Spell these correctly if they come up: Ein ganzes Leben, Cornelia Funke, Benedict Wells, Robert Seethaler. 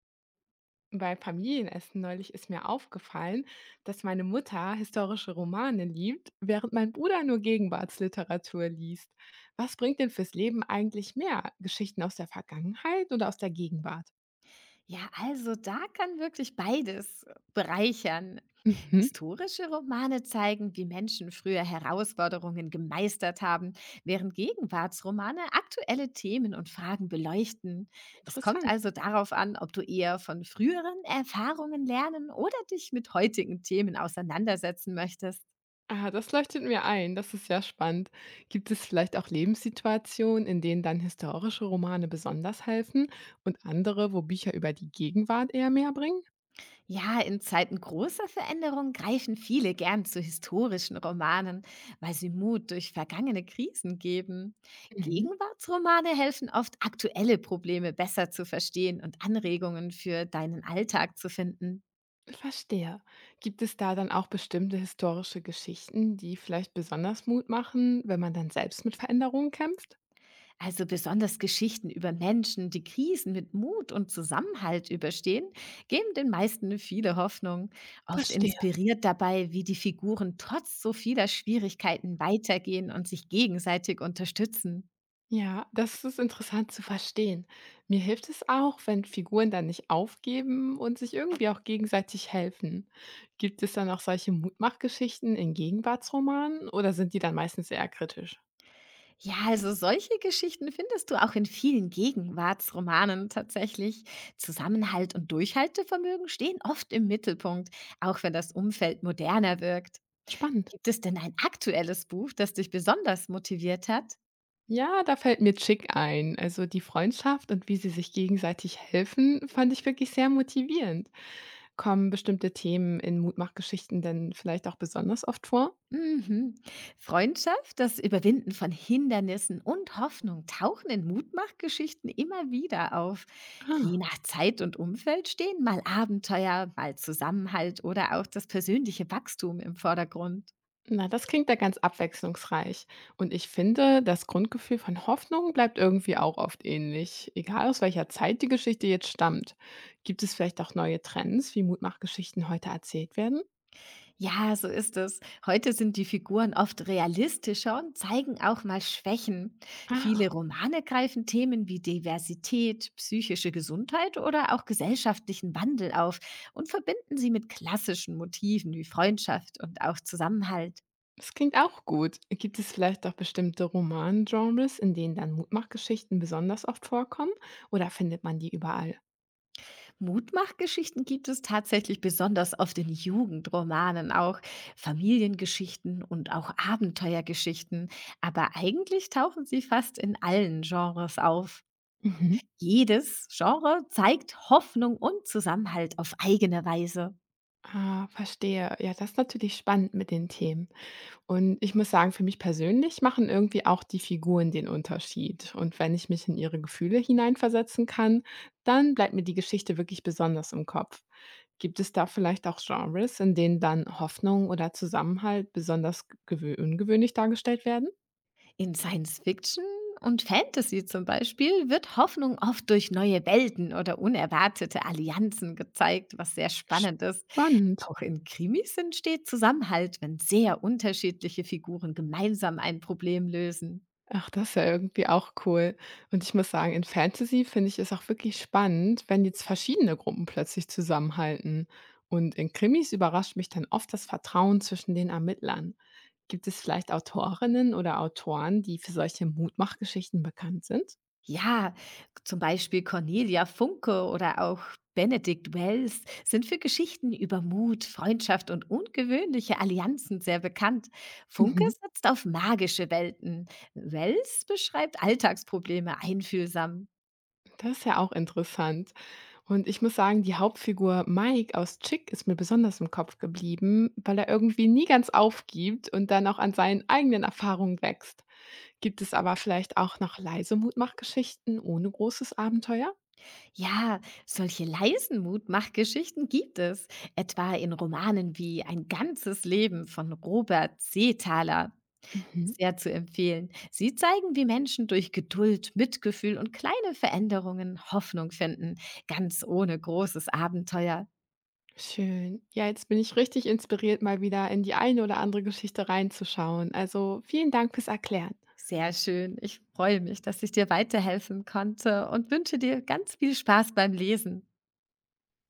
Bei Familienessen neulich ist mir aufgefallen, dass meine Mutter historische Romane liebt, während mein Bruder nur Gegenwartsliteratur liest. Was bringt denn fürs Leben eigentlich mehr? Geschichten aus der Vergangenheit oder aus der Gegenwart? Ja, also da kann wirklich beides bereichern. Mhm. Historische Romane zeigen, wie Menschen früher Herausforderungen gemeistert haben, während Gegenwartsromane aktuelle Themen und Fragen beleuchten. Es kommt Interessant. also darauf an, ob du eher von früheren Erfahrungen lernen oder dich mit heutigen Themen auseinandersetzen möchtest. Ah, das leuchtet mir ein. Das ist ja spannend. Gibt es vielleicht auch Lebenssituationen, in denen dann historische Romane besonders helfen und andere, wo Bücher über die Gegenwart eher mehr bringen? Ja, in Zeiten großer Veränderung greifen viele gern zu historischen Romanen, weil sie Mut durch vergangene Krisen geben. Mhm. Gegenwartsromane helfen oft, aktuelle Probleme besser zu verstehen und Anregungen für deinen Alltag zu finden. Verstehe. Gibt es da dann auch bestimmte historische Geschichten, die vielleicht besonders Mut machen, wenn man dann selbst mit Veränderungen kämpft? Also besonders Geschichten über Menschen, die Krisen mit Mut und Zusammenhalt überstehen, geben den meisten viele Hoffnung. Oft Verstehe. inspiriert dabei, wie die Figuren trotz so vieler Schwierigkeiten weitergehen und sich gegenseitig unterstützen. Ja, das ist interessant zu verstehen. Mir hilft es auch, wenn Figuren dann nicht aufgeben und sich irgendwie auch gegenseitig helfen. Gibt es dann auch solche Mutmachgeschichten in Gegenwartsromanen oder sind die dann meistens eher kritisch? Ja, also solche Geschichten findest du auch in vielen Gegenwartsromanen tatsächlich. Zusammenhalt und Durchhaltevermögen stehen oft im Mittelpunkt, auch wenn das Umfeld moderner wirkt. Spannend. Gibt es denn ein aktuelles Buch, das dich besonders motiviert hat? Ja, da fällt mir Chick ein. Also die Freundschaft und wie sie sich gegenseitig helfen, fand ich wirklich sehr motivierend. Kommen bestimmte Themen in Mutmachgeschichten denn vielleicht auch besonders oft vor? Mhm. Freundschaft, das Überwinden von Hindernissen und Hoffnung tauchen in Mutmachgeschichten immer wieder auf. Je Ah. nach Zeit und Umfeld stehen mal Abenteuer, mal Zusammenhalt oder auch das persönliche Wachstum im Vordergrund. Na, das klingt ja ganz abwechslungsreich. Und ich finde, das Grundgefühl von Hoffnung bleibt irgendwie auch oft ähnlich, egal aus welcher Zeit die Geschichte jetzt stammt. Gibt es vielleicht auch neue Trends, wie Mutmachgeschichten heute erzählt werden? Ja, so ist es. Heute sind die Figuren oft realistischer und zeigen auch mal Schwächen. Viele Ah. Romane greifen Themen wie Diversität, psychische Gesundheit oder auch gesellschaftlichen Wandel auf und verbinden sie mit klassischen Motiven wie Freundschaft und auch Zusammenhalt. Das klingt auch gut. Gibt es vielleicht auch bestimmte Roman-Genres, in denen dann Mutmachgeschichten besonders oft vorkommen? Oder findet man die überall? Mutmachgeschichten gibt es tatsächlich besonders oft in Jugendromanen auch, Familiengeschichten und auch Abenteuergeschichten, aber eigentlich tauchen sie fast in allen Genres auf. Mhm. Jedes Genre zeigt Hoffnung und Zusammenhalt auf eigene Weise. Ah, verstehe. Ja, das ist natürlich spannend mit den Themen. Und ich muss sagen, für mich persönlich machen irgendwie auch die Figuren den Unterschied. Und wenn ich mich in ihre Gefühle hineinversetzen kann, dann bleibt mir die Geschichte wirklich besonders im Kopf. Gibt es da vielleicht auch Genres, in denen dann Hoffnung oder Zusammenhalt besonders ungewöhnlich dargestellt werden? In Science Fiction und Fantasy zum Beispiel wird Hoffnung oft durch neue Welten oder unerwartete Allianzen gezeigt, was sehr spannend ist. Spannend. Auch in Krimis entsteht Zusammenhalt, wenn sehr unterschiedliche Figuren gemeinsam ein Problem lösen. Ach, das ist ja irgendwie auch cool. Und ich muss sagen, in Fantasy finde ich es auch wirklich spannend, wenn jetzt verschiedene Gruppen plötzlich zusammenhalten. Und in Krimis überrascht mich dann oft das Vertrauen zwischen den Ermittlern. Gibt es vielleicht Autorinnen oder Autoren, die für solche Mutmachgeschichten bekannt sind? Ja, zum Beispiel Cornelia Funke oder auch Benedict Wells sind für Geschichten über Mut, Freundschaft und ungewöhnliche Allianzen sehr bekannt. Funke Mhm. setzt auf magische Welten. Wells beschreibt Alltagsprobleme einfühlsam. Das ist ja auch interessant. Und ich muss sagen, die Hauptfigur Mike aus Chick ist mir besonders im Kopf geblieben, weil er irgendwie nie ganz aufgibt und dann auch an seinen eigenen Erfahrungen wächst. Gibt es aber vielleicht auch noch leise Mutmachgeschichten ohne großes Abenteuer? Ja, solche leisen Mutmachgeschichten gibt es, etwa in Romanen wie Ein ganzes Leben von Robert Seethaler. Mhm. Sehr zu empfehlen. Sie zeigen, wie Menschen durch Geduld, Mitgefühl und kleine Veränderungen Hoffnung finden, ganz ohne großes Abenteuer. Schön. Ja, jetzt bin ich richtig inspiriert, mal wieder in die eine oder andere Geschichte reinzuschauen. Also vielen Dank fürs Erklären. Sehr schön. Ich freue mich, dass ich dir weiterhelfen konnte und wünsche dir ganz viel Spaß beim Lesen.